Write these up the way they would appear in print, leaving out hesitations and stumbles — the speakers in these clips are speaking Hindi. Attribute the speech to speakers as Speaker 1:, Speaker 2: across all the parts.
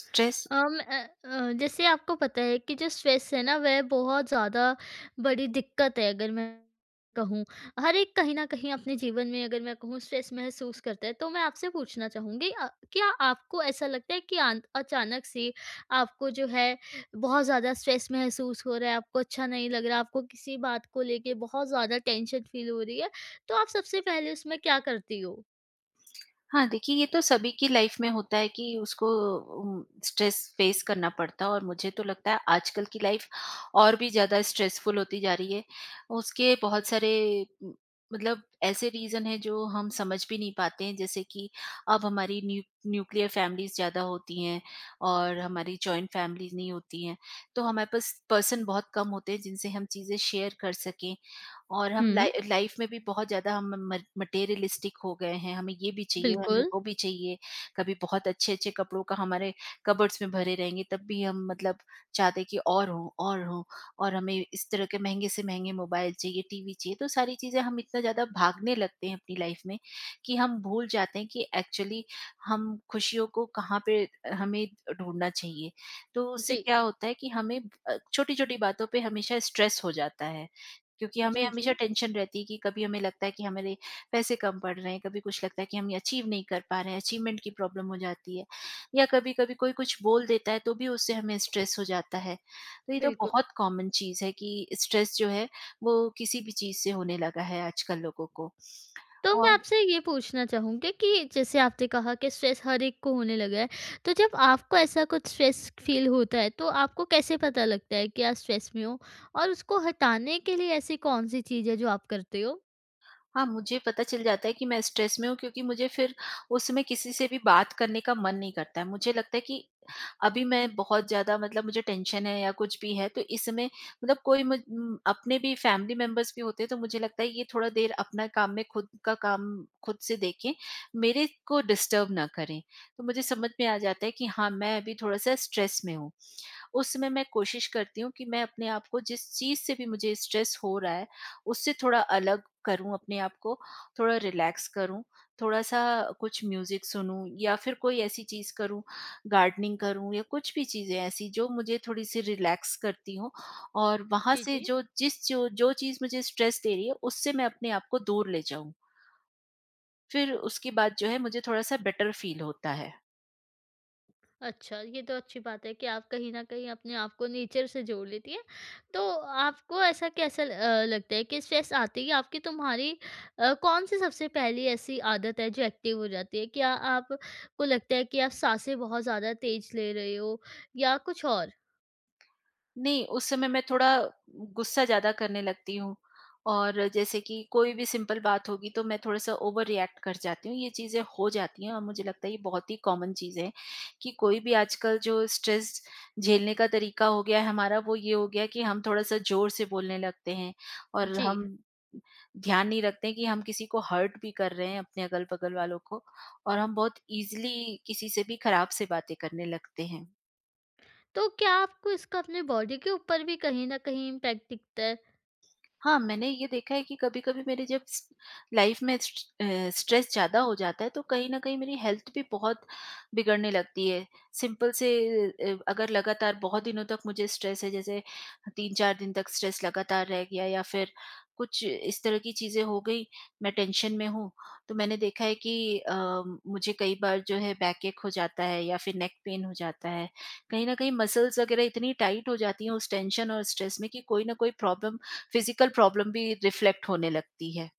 Speaker 1: स्ट्रेस।
Speaker 2: अम, अ जैसे आपको पता है कि जो स्ट्रेस है ना, वह बहुत ज़्यादा बड़ी दिक्कत है अगर मैं कहूँ। हर एक कहीं न कहीं अपने जीवन में अगर मैं कहूँ स्ट्रेस महसूस करता है। तो मैं आपसे पूछना चाहूँगी, क्या आपको ऐसा लगता है कि आन अचानक से आपको जो है बहुत ज़्यादा स्ट्रेस महसूस हो रहा है, आपको अच्छा नहीं लग रहा, आपको किसी बात को लेके बहुत ज़्यादा टेंशन फ़ील हो रही है, तो आप सबसे पहले उसमें क्या करती हो?
Speaker 1: हाँ, देखिए ये तो सभी की लाइफ में होता है कि उसको स्ट्रेस फेस करना पड़ता है, और मुझे तो लगता है आजकल की लाइफ और भी ज़्यादा स्ट्रेसफुल होती जा रही है। उसके बहुत सारे उम, मतलब ऐसे रीज़न हैं जो हम समझ भी नहीं पाते हैं, जैसे कि अब हमारी न्यूक्लियर फैमिलीज़ ज़्यादा होती हैं और हमारी जॉइंट फैमिलीज़ नहीं होती हैं। तो हमारे पास पर्सन बहुत कम होते हैं जिनसे हम चीज़ें शेयर कर सकें, और हम
Speaker 2: हुँ।
Speaker 1: लाइफ में भी बहुत ज़्यादा हम म मटेरियलिस्टिक हो गए हैं, हमें ये भी चाहिए, हमें
Speaker 2: बिल्कुल।
Speaker 1: वो भी चाहिए। कभी बहुत अच्छे-अच्छे कपड़ों का हमारे कबर्ड्स में भरे रहेंगे, तब भी हम मतलब चाहते हैं कि और हो, और हो, और हमें इस तरह के महँगे से महँगे मोबाइल चाहिए, टीवी चाहिए। तो सारी चीज़ें, हम इतना ज़्यादा भागने लगते हैं अपनी लाइफ में कि हम भूल जाते हैं कि एक्चुअली हम खुशियों को कहाँ पे हमें ढूँढना चाहिए। तो
Speaker 2: जी।
Speaker 1: उससे क्या होता है कि हमें छोटी-छोटी बातों पे हमेशा स्ट्रेस हो जाता है। क्योंकि हमें
Speaker 2: जी,
Speaker 1: हमेशा
Speaker 2: जी।
Speaker 1: टेंशन रहती है कि कभी हमें लगता है कि हमारे पैसे कम पड़ रहे हैं, कभी कुछ लगता है कि हम ये अचीव नहीं कर पा रहे हैं, अचीवमेंट की प्रॉब्लम हो जाती है, या कभी कभी कोई कुछ बोल देता है तो भी उससे हमें स्ट्रेस हो जाता है। तो ये तो
Speaker 2: बिल्कुल।
Speaker 1: बहुत कॉमन चीज है कि स्ट्रेस जो है वो किसी भी चीज से होने लगा है आजकल लोगों को।
Speaker 2: तो मैं
Speaker 1: और
Speaker 2: आपसे ये पूछना चाहूँगी कि जैसे आपने कहा कि स्ट्रेस हर एक को होने लगा है, तो जब आपको ऐसा कुछ स्ट्रेस फ़ील होता है, तो आपको कैसे पता लगता है कि आप स्ट्रेस में हो? और उसको हटाने के लिए ऐसी कौन-सी चीज़ है जो आप करते हो?
Speaker 1: हाँ, मुझे पता चल जाता है कि मैं स्ट्रेस में हूँ, क्योंकि मुझे फिर उस समय किसी से भी बात करने का मन नहीं करता है। मुझे लगता है कि अभी मैं बहुत ज़्यादा मतलब मुझे टेंशन है या कुछ भी है, तो इस समय मतलब कोई अपने भी फैमिली मेंबर्स भी होते हैं, तो मुझे लगता है ये थोड़ा देर अपना काम में खुद का काम खुद से देखें, मेरे को डिस्टर्ब ना करें। तो मुझे समझ में आ जाता है कि हाँ, मैं अभी थोड़ा-सा स्ट्रेस में हूँ। उस समय मैं कोशिश करती हूँ कि मैं अपने आप को जिस चीज़ से भी मुझे स्ट्रेस हो रहा है, उससे थोड़ा अलग करूँ अपने आप को, थोड़ा रिलैक्स करूँ, थोड़ा-सा कुछ म्यूज़िक सुनूँ या फिर कोई ऐसी चीज़ करूँ, गार्डनिंग करूँ या कुछ भी चीज़ें ऐसी जो मुझे थोड़ी-सी रिलैक्स करती हों, और वहाँ
Speaker 2: जी,
Speaker 1: से
Speaker 2: जी।
Speaker 1: जो जिस जो जो चीज़ मुझे स्ट्रेस दे रही है, उससे मैं अपने आप को दूर ले जाऊँ। फिर उसके बाद जो है मुझे थोड़ा-सा बेटर फ़ील होता है।
Speaker 2: अच्छा, ये तो अच्छी बात है कि आप कहीं न कहीं अपने आप को नेचर से जोड़ लेती हैं। तो आपको ऐसा कैसा लगता है कि स्ट्रेस आते ही आपकी तुम्हारी कौन-सी सबसे पहली ऐसी आदत है जो एक्टिव हो जाती है? क्या आपको लगता है कि आप साँसें बहुत ज़्यादा तेज़ ले रहे हो या कुछ और?
Speaker 1: नहीं, उस समय मैं थोड़ा गुस्सा ज़्यादा करने लगती हूँ, और जैसे कि कोई भी सिंपल बात होगी तो मैं थोड़ा-सा ओवर रिएक्ट कर जाती हूँ, ये चीज़ें हो जाती हैं। और मुझे लगता है ये बहुत ही कॉमन चीज़ है कि कोई भी आजकल जो स्ट्रेस झेलने का तरीका हो गया है हमारा, वो ये हो गया कि हम थोड़ा-सा ज़ोर से बोलने लगते हैं और
Speaker 2: जी।
Speaker 1: हम ध्यान नहीं रखते हैं कि हम किसी को हर्ट भी कर रहे हैं, अपने अगल-बगल वालों को, और हम बहुत ईज़िली किसी से भी खराब से बातें करने लगते हैं।
Speaker 2: तो क्या आपको इसका अपने बॉडी के ऊपर भी कहीं न कहीं इम्पैक्ट दिखता है?
Speaker 1: हाँ, मैंने ये देखा है कि कभी-कभी मेरे जब स लाइफ में स्ट्रेस ज़्यादा हो जाता है, तो कहीं न कहीं मेरी हेल्थ भी बहुत बिगड़ने लगती है। सिंपल से, अगर लगातार बहुत दिनों तक मुझे स्ट्रेस है, जैसे 3-4 दिन तक स्ट्रेस लगातार रह गया या फिर कुछ इस तरह की चीज़ें हो गई, मैं टेंशन में हूँ, तो मैंने देखा है कि मुझे कई बार जो है बैकएक हो जाता है या फिर नेक पेन हो जाता है। कहीं न कहीं मसल्स वगैरह इतनी टाइट हो जाती हैं उस टेंशन और स्ट्रेस में, कि कोई न कोई प्रॉब्लम, फिजिकल प्रॉब्लम भी रिफ्लेक्ट होने लगती है।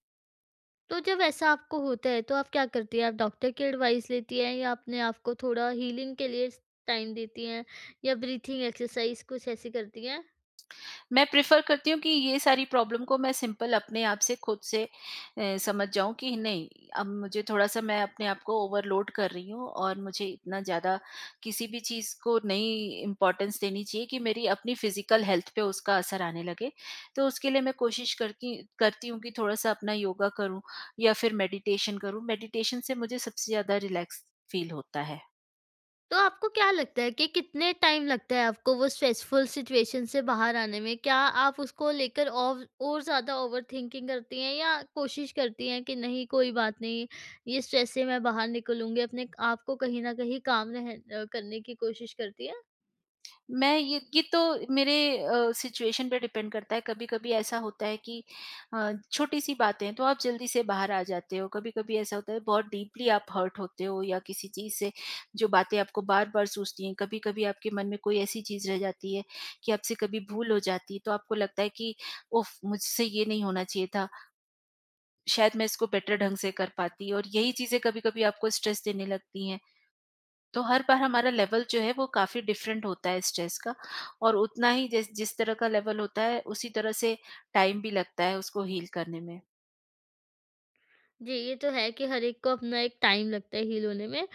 Speaker 2: तो जब ऐसा आपको होता है तो आप क्या करती हैं? आप डॉक्टर की एडवाइस लेती हैं या अपने आप को थोड़ा हीलिंग के लिए टाइम देती हैं, या ब्रीथिंग एक्सरसाइज कुछ ऐसी करती हैं?
Speaker 1: मैं प्रेफ़र करती हूँ कि ये सारी प्रॉब्लम को मैं सिंपल अपने आप से, खुद से समझ जाऊँ कि नहीं, अब मुझे थोड़ा-सा, मैं अपने आप को ओवरलोड कर रही हूँ और मुझे इतना ज़्यादा किसी भी चीज़ को नहीं इम्पोर्टेंस देनी चाहिए कि मेरी अपनी फिजिकल हेल्थ पे उसका असर आने लगे। तो उसके लिए मैं कोशिश करती करती हूँ कि थोड़ा-सा अपना योगा करूँ या फिर मेडिटेशन करूँ। मेडिटेशन से मुझे सबसे ज़्यादा रिलैक्स फ़ील होता है।
Speaker 2: तो आपको क्या लगता है कि कितने टाइम लगता है आपको वो स्ट्रेसफुल सिचुएशन से बाहर आने में? क्या आप उसको लेकर और ज़्यादा ओवरथिंकिंग करती हैं, या कोशिश करती हैं कि नहीं, कोई बात नहीं, ये स्ट्रेस से मैं बाहर निकलूँगी, अपने आप को कहीं न कहीं काम करने की कोशिश करती हैं?
Speaker 1: मैं ये तो मेरे सिचुएशन पे डिपेंड करता है। कभी-कभी ऐसा होता है कि छोटी-सी बातें हैं तो आप जल्दी से बाहर आ जाते हो। कभी-कभी ऐसा होता है बहुत डीपली आप हर्ट होते हो या किसी चीज़ से, जो बातें आपको बार-बार सूझती हैं। कभी-कभी आपके मन में कोई ऐसी चीज़ रह जाती है कि आपसे कभी भूल हो जाती है तो आपको लगता है कि उफ़! मुझसे ये नहीं होना चाहिए था। शायद मैं इसको बेटर ढंग से कर पाती, और यही चीज़ें कभी-कभी आपको स्ट्रेस देने लगती हैं। तो हर बार हमारा लेवल जो है वो काफ़ी डिफरेंट होता है स्ट्रेस का, और उतना ही जिस जिस तरह का लेवल होता है, उसी तरह से टाइम भी लगता है उसको हील करने में।
Speaker 2: जी, ये तो है कि हर एक को अपना एक टाइम लगता है हील होने में।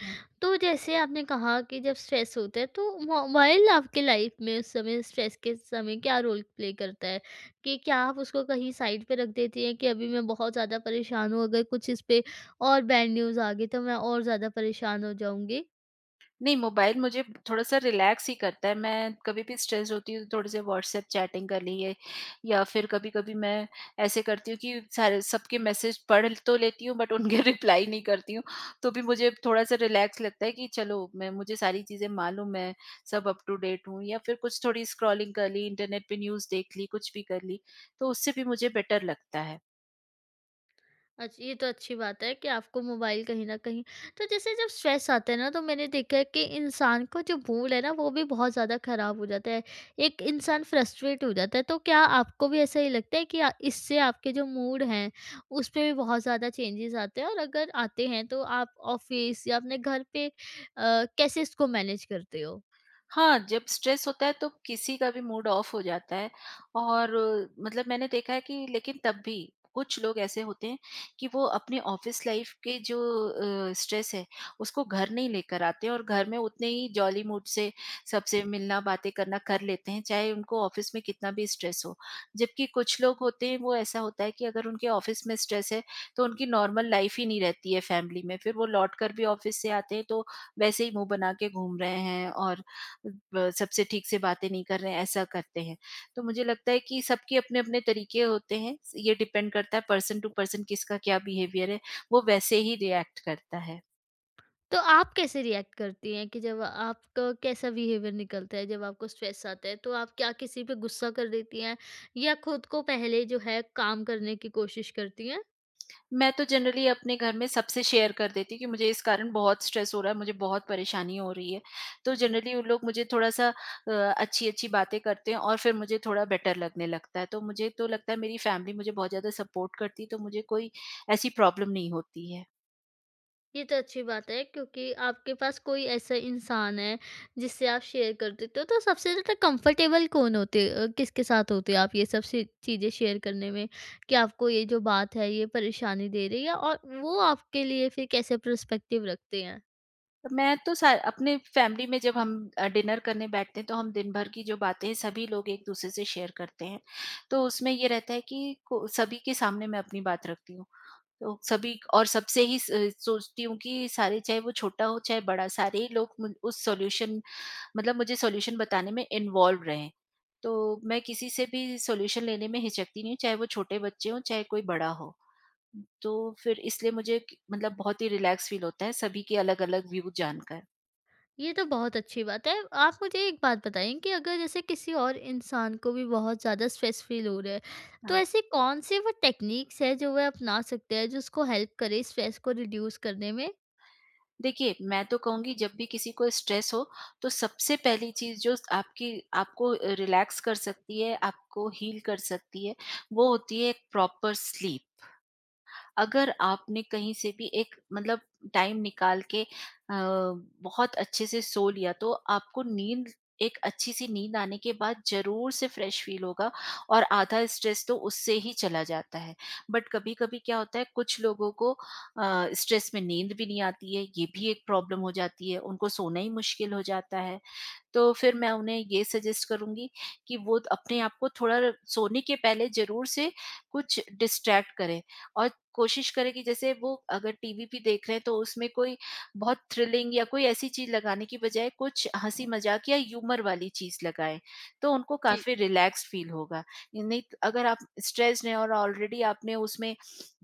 Speaker 2: तो जैसे आपने कहा कि जब स्ट्रेस होता है, तो मोबाइल आपकी लाइफ में उस समय, स्ट्रेस के समय, क्या रोल प्ले करता है? कि क्या आप उसको कहीं साइड पे रख देती हैं कि अभी मैं बहुत ज़्यादा परेशान हूँ, अगर कुछ इस पे और बैड न्यूज़ आ गई तो मैं और ज़्यादा परेशान हो जाऊँगी?
Speaker 1: नहीं, मोबाइल मुझे थोड़ा-सा रिलैक्स ही करता है। मैं कभी भी स्ट्रेस्ड होती हूँ, तो थोड़ी सी व्हाट्सएप चैटिंग कर ली है, या फिर कभी-कभी मैं ऐसे करती हूँ कि सारे सबके मैसेज पढ़ तो लेती हूँ, बट उनके रिप्लाई नहीं करती हूँ। तो भी मुझे थोड़ा-सा रिलैक्स लगता है कि चलो, मैं मुझे सारी चीज़ें मालूम है, सब अप टू डेट हूँ, या फिर कुछ थोड़ी स्क्रॉलिंग कर ली, इंटरनेट पे न्यूज़ देख ली, कुछ भी कर ली, तो उससे भी मुझे बेटर लगता है।
Speaker 2: अच्छा, ये तो अच्छी बात है कि आपको मोबाइल कहीं न कहीं। तो जैसे जब स्ट्रेस आता है ना, तो मैंने देखा है कि इंसान का जो मूड है ना, वो भी बहुत ज़्यादा ख़राब हो जाता है। एक इंसान फ्रस्ट्रेट हो जाता है, तो क्या आपको भी ऐसा ही लगता है कि इससे आपके जो मूड हैं उसपे भी बहुत ज़्यादा चेंजेज़ आते हैं? और अगर आते हैं, तो आप ऑफ़िस या अपने घर पे कैसे इसको मैनेज करते हो?
Speaker 1: हाँ, जब स्ट्रेस होता है तो किसी का भी मूड ऑफ हो जाता है, और मतलब मैंने देखा है कि, लेकिन तब भी कुछ लोग ऐसे होते हैं कि वो अपने ऑफिस लाइफ के जो स्ट्रेस है उसको घर नहीं लेकर आते हैं, और घर में उतने ही जॉली मूड से सबसे मिलना, बातें करना कर लेते हैं, चाहे उनको ऑफिस में कितना भी स्ट्रेस हो। जबकि कुछ लोग होते हैं, वो ऐसा होता है कि अगर उनके ऑफिस में स्ट्रेस है तो उनकी नॉर्मल लाइफ ही नहीं रहती है फैमिली में। फिर वो लौट कर भी ऑफिस से आते हैं तो वैसे ही मुंह बना के घूम रहे हैं, और ब सबसे ठीक से बातें नहीं कर रहे हैं, ऐसा करते हैं। तो मुझे लगता है कि सबके अपने-अपने तरीके होते हैं, ये डिपेंड करता है पर्सन टू पर्सन, किसका क्या बिहेवियर है, वो वैसे ही रिएक्ट करता है।
Speaker 2: तो आप कैसे रिएक्ट करती हैं कि जब आपका कैसा बिहेवियर निकलता है जब आपको स्ट्रेस आता है, तो आप क्या किसी पे गुस्सा कर देती हैं या खुद को पहले जो है काम करने की कोशिश करती हैं?
Speaker 1: मैं तो जनरली अपने घर में सबसे शेयर कर देती हूँ कि मुझे इस कारण बहुत स्ट्रेस हो रहा है, मुझे बहुत परेशानी हो रही है। तो जनरली वो लोग मुझे थोड़ा-सा अच्छी-अच्छी बातें करते हैं, और फिर मुझे थोड़ा बेटर लगने लगता है। तो मुझे तो लगता है मेरी फैमिली मुझे बहुत ज़्यादा सपोर्ट करती है, तो मुझे कोई ऐसी प्रॉब्लम नहीं होती है।
Speaker 2: ये तो अच्छी बात है क्योंकि आपके पास कोई ऐसा इंसान है जिससे आप शेयर कर देते हो। तो सबसे ज़्यादा कंफर्टेबल किसके साथ होते आप ये सब चीज़ें शेयर करने में, कि आपको ये जो बात है ये परेशानी दे रही है, और वो आपके लिए फिर कैसे पर्सपेक्टिव रखते हैं?
Speaker 1: मैं तो सा अपने फैमिली में जब हम डिनर करने बैठते हैं, तो हम दिन भर की जो बातें हैं सभी लोग एक दूसरे से शेयर करते हैं। तो उसमें ये रहता है कि को सभी के सामने मैं अपनी बात रखती हूँ। तो सभी और सबसे ही स सोचती हूँ कि सारे, चाहे वो छोटा हो चाहे बड़ा, सारे ही लोग मुझ उस सॉल्यूशन मतलब मुझे सॉल्यूशन बताने में इन्वॉल्व रहें। तो मैं किसी से भी सॉल्यूशन लेने में हिचकती नहीं हूँ, चाहे वो छोटे बच्चे हों चाहे कोई बड़ा हो। तो फिर इसलिए मुझे क मतलब बहुत ही रिलैक्स फील होता है सभी के अलग-अलग व्यू जानकर।
Speaker 2: ये तो बहुत अच्छी बात है। आप मुझे एक बात बताएँ, कि अगर जैसे किसी और इंसान को भी बहुत ज़्यादा स्ट्रेस फ़ील हो रहा है, तो
Speaker 1: हाँ,
Speaker 2: ऐसी कौन-सी वो टेक्निक्स है जो वह अपना सकते हैं, जो उसको हेल्प करे स्ट्रेस को रिड्यूस करने में?
Speaker 1: देखिए मैं तो कहूँगी जब भी किसी को स्ट्रेस हो, तो सबसे पहली चीज़ जो आपकी आपको रिलैक्स कर सकती है, आपको हील कर सकती है, वो होती है एक प्रॉपर स्लीप। अगर आपने कहीं से भी एक मतलब टाइम निकाल के बहुत अच्छे से सो लिया, तो आपको नींद एक अच्छी सी नींद आने के बाद ज़रूर से फ्रेश फ़ील होगा, और आधा स्ट्रेस तो उससे ही चला जाता है। बट कभी-कभी क्या होता है कुछ लोगों को स्ट्रेस में नींद भी नहीं आती है, ये भी एक प्रॉब्लम हो जाती है, उनको सोना ही मुश्किल हो जाता है। तो फिर मैं उन्हें ये सजेस्ट करूँगी कि वो अपने आप को थोड़ा सोने के पहले ज़रूर से कुछ डिस्ट्रैक्ट करें, और कोशिश करें कि जैसे वो अगर टीवी भी देख रहे हैं तो उसमें कोई बहुत थ्रिलिंग या कोई ऐसी चीज़ लगाने की बजाय कुछ हँसी मज़ाक या ह्यूमर वाली चीज़ लगाएँ, तो उनको
Speaker 2: जी।
Speaker 1: काफ़ी रिलैक्स्ड फ़ील होगा। नहीं तो अगर आप स्ट्रेस्ड हैं और ऑलरेडी आपने उसमें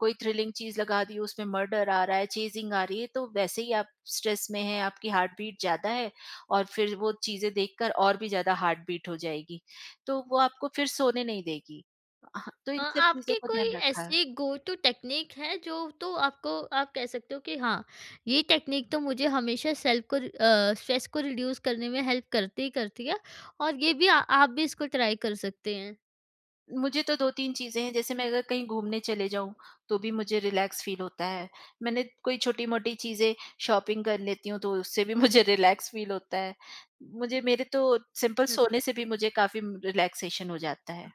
Speaker 1: कोई थ्रिलिंग चीज़ लगा दी, उसमें मर्डर आ रहा है, चेज़िंग आ रही है, तो वैसे ही आप स्ट्रेस में हैं, आपकी हार्ट बीट ज़्यादा है, और फिर वो चीज़ें देखकर और भी ज़्यादा हार्ट बीट हो जाएगी, तो वो आपको फिर सोने नहीं देगी। हाँ, तो इन सब
Speaker 2: आपकी
Speaker 1: चीज़ों को
Speaker 2: कोई
Speaker 1: ध्यान रखा है।
Speaker 2: ऐसी गो टू टेक्निक है जो, तो आपको, आप कह सकते हो कि हाँ, ये टेक्निक तो मुझे हमेशा सेल्फ को स्ट्रेस को रिड्यूस करने में हेल्प करती ही करती है, और ये भी आ आप भी इसको ट्राई कर सकते
Speaker 1: मुझे तो 2-3 चीज़ें हैं, जैसे मैं अगर कहीं घूमने चले जाऊँ, तो भी मुझे रिलैक्स फ़ील होता है। मैंने कोई छोटी-मोटी चीज़ें शॉपिंग कर लेती हूँ, तो उससे भी मुझे रिलैक्स फ़ील होता है। मुझे मेरे तो सिंपल
Speaker 2: हैं?
Speaker 1: सोने से भी मुझे काफ़ी रिलैक्सेशन हो जाता है।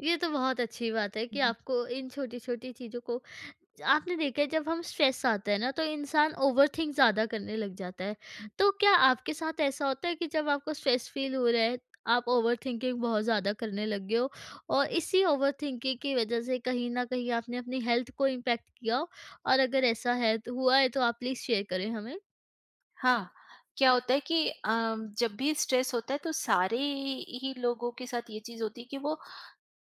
Speaker 2: ये तो बहुत अच्छी बात है कि
Speaker 1: हुँ,
Speaker 2: आपको इन छोटी-छोटी चीज़ों को। आपने देखा है जब हम स्ट्रेस आता है ना, तो इंसान ओवरथिंक ज़्यादा करने लग जाता है।
Speaker 1: हुँ।
Speaker 2: तो क्या आपके साथ ऐसा होता है कि जब आपको स्ट्रेस फ़ील हो रहा है, आप ओवरथिंकिंग बहुत ज़्यादा करने लग गए हो, और इसी ओवरथिंकिंग की वज़ह से कहीं न कहीं आपने अपनी हेल्थ को इम्पैक्ट किया हो? और अगर ऐसा है, तो हुआ है तो आप प्लीज़ शेयर करें हमें।
Speaker 1: हाँ, क्या होता है कि जब भी स्ट्रेस होता है, तो सारे ही लोगों के साथ ये चीज़ होती है कि वो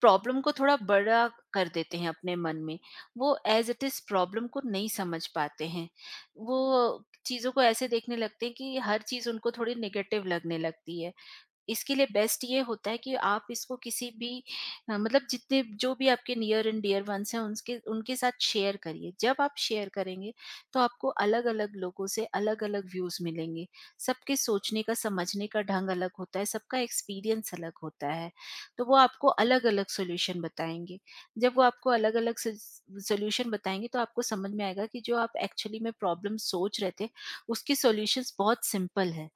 Speaker 1: प्रॉब्लम को थोड़ा बड़ा कर देते हैं अपने मन में। वो एज़ इट इज़ प्रॉब्लम को नहीं समझ पाते हैं। वो चीज़ों को ऐसे देखने लगते हैं कि हर चीज़ उनको थोड़ी नेगेटिव लगने लगती है। इसके लिए बेस्ट ये होता है कि आप इसको किसी भी मतलब जितने जो भी आपके नियर एंड डियर वंस हैं उनके उनके साथ शेयर करिए। जब आप शेयर करेंगे तो आपको अलग अलग लोगों से अलग अलग व्यूज मिलेंगे। सबके सोचने का समझने का ढंग अलग होता है, सबका एक्सपीरियंस अलग होता है, तो वो आपको अलग अलग सोल्यूशन बताएंगे। जब वो आपको अलग अलग सोल्यूशन बताएंगे तो आपको समझ में आएगा कि जो आप एक्चुअली में प्रॉब्लम सोच रहे थे, उसके सोल्यूशंस बहुत सिंपल है।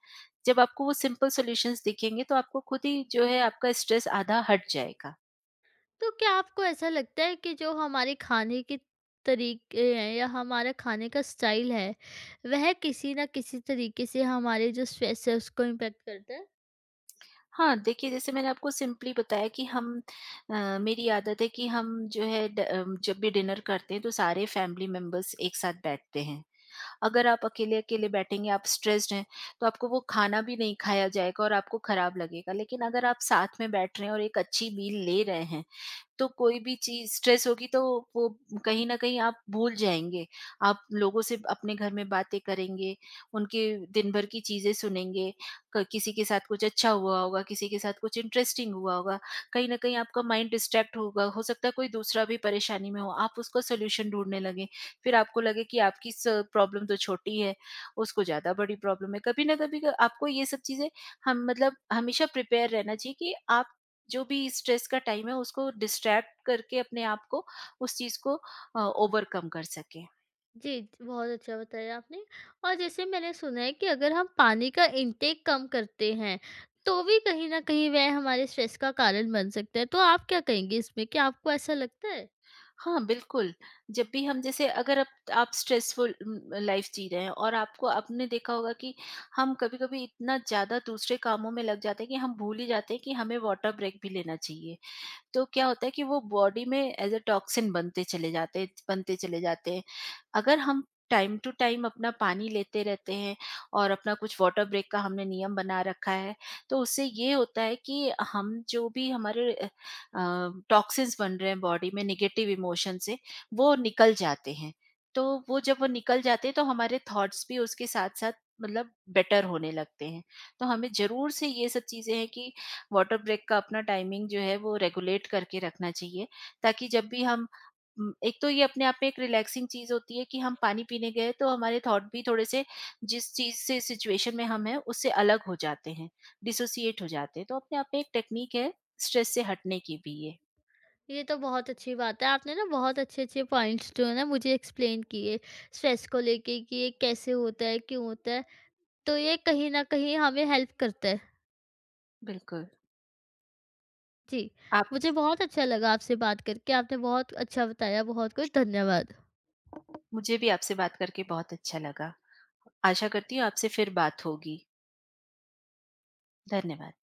Speaker 1: जब आपको वो सिंपल सॉल्यूशंस दिखेंगे तो आपको खुद ही जो है आपका स्ट्रेस आधा हट जाएगा।
Speaker 2: तो क्या आपको ऐसा लगता है कि जो हमारे खाने के तरीके हैं या हमारा खाने का स्टाइल है, वह किसी ना किसी तरीके से हमारे जो स्ट्रेस है उसको इम्पैक्ट करता है?
Speaker 1: हाँ, देखिए जैसे मैंने आपको सिंपली बताया कि हम अ, मेरी आदत है कि हम जो है जब भी डिनर करते हैं तो सारे फैमिली मेंबर्स एक साथ बैठते हैं। अगर आप अकेले-अकेले बैठेंगे, आप स्ट्रेस्ड हैं, तो आपको वो खाना भी नहीं खाया जाएगा और आपको खराब लगेगा। लेकिन अगर आप साथ में बैठ रहे हैं और एक अच्छी मील ले रहे हैं, तो कोई भी चीज़ स्ट्रेस होगी तो वो कहीं न कहीं आप भूल जाएँगे। आप लोगों से अपने घर में बातें करेंगे, उनके दिन भर की चीज़ें सुनेंगे, क किसी के साथ कुछ अच्छा हुआ होगा, किसी के साथ कुछ इंटरेस्टिंग हुआ होगा। कहीं न कहीं आपका माइंड डिस्ट्रैक्ट होगा, हो सकता है कोई दूसरा भी परेशानी में हो, आप उसको सॉल्यूशन ढूँढने लगें। फिर आपको लगे कि आपकी स प्रॉब्लम तो छोटी है, उसको ज़्यादा बड़ी प्रॉब्लम है। कभी न कभी आपको ये सब चीज़ें हम मतलब हमेशा प्रिपेयर रहना चाहिए कि आप जो भी स्ट्रेस का टाइम है उसको डिस्ट्रैक्ट करके अपने आप को उस चीज को ओवरकम कर सके।
Speaker 2: जी, बहुत अच्छा बताया आपने। और जैसे मैंने सुना है कि अगर हम पानी का इंटेक कम करते हैं, तो भी कहीं न कहीं वह हमारे स्ट्रेस का कारण बन सकता है। तो आप क्या कहेंगी इसमें? क्या आपको ऐसा लगता है?
Speaker 1: हाँ बिल्कुल, जब भी हम, जैसे अगर आप स्ट्रेसफुल लाइफ जी रहे हैं और आपको आपने देखा होगा कि हम कभी कभी इतना ज्यादा दूसरे कामों में लग जाते हैं कि हम भूल ही जाते हैं कि हमें वाटर ब्रेक भी लेना चाहिए। तो क्या होता है कि वो बॉडी में एज अ टॉक्सिन बनते चले जाते हैं। अगर हम टाइम टू टाइम अपना पानी लेते रहते हैं और अपना कुछ वाटर ब्रेक का हमने नियम बना रखा है, तो उससे ये होता है कि हम जो भी हमारे टॉक्सिन्स बन रहे हैं बॉडी में निगेटिव इमोशन से, वो निकल जाते हैं। तो वो जब वो निकल जाते हैं तो हमारे थॉट्स भी उसके साथ साथ मतलब बेटर होने लगते हैं। तो हमें जरूर से ये सब चीजें हैं कि वाटर ब्रेक का अपना टाइमिंग जो है वो रेगुलेट करके रखना चाहिए, ताकि जब भी हम एक तो ये अपने आप में एक रिलैक्सिंग चीज़ होती है कि हम पानी पीने गए तो हमारे थॉट भी थोड़े से जिस चीज़ से सिचुएशन में हम हैं उससे अलग हो जाते हैं, डिसोसिएट हो जाते हैं। तो अपने आप में एक टेक्निक है स्ट्रेस से हटने की भी ये।
Speaker 2: ये तो बहुत अच्छी बात है। आपने ना बहुत अच्छे-अच्छे पॉइंट्स जो है ना मुझे एक्सप्लेन किए, स्ट्रेस को लेके कि ये कैसे होता है, क्यों होता है। तो ये कहीं न कहीं हमें हेल्प करता है।
Speaker 1: बिल्कुल,
Speaker 2: जी,
Speaker 1: आप
Speaker 2: मुझे बहुत अच्छा लगा आपसे बात करके। आपने बहुत अच्छा बताया, बहुत कुछ। धन्यवाद।
Speaker 1: मुझे भी आपसे बात करके बहुत अच्छा लगा। आशा करती हूँ आपसे फिर बात होगी। धन्यवाद।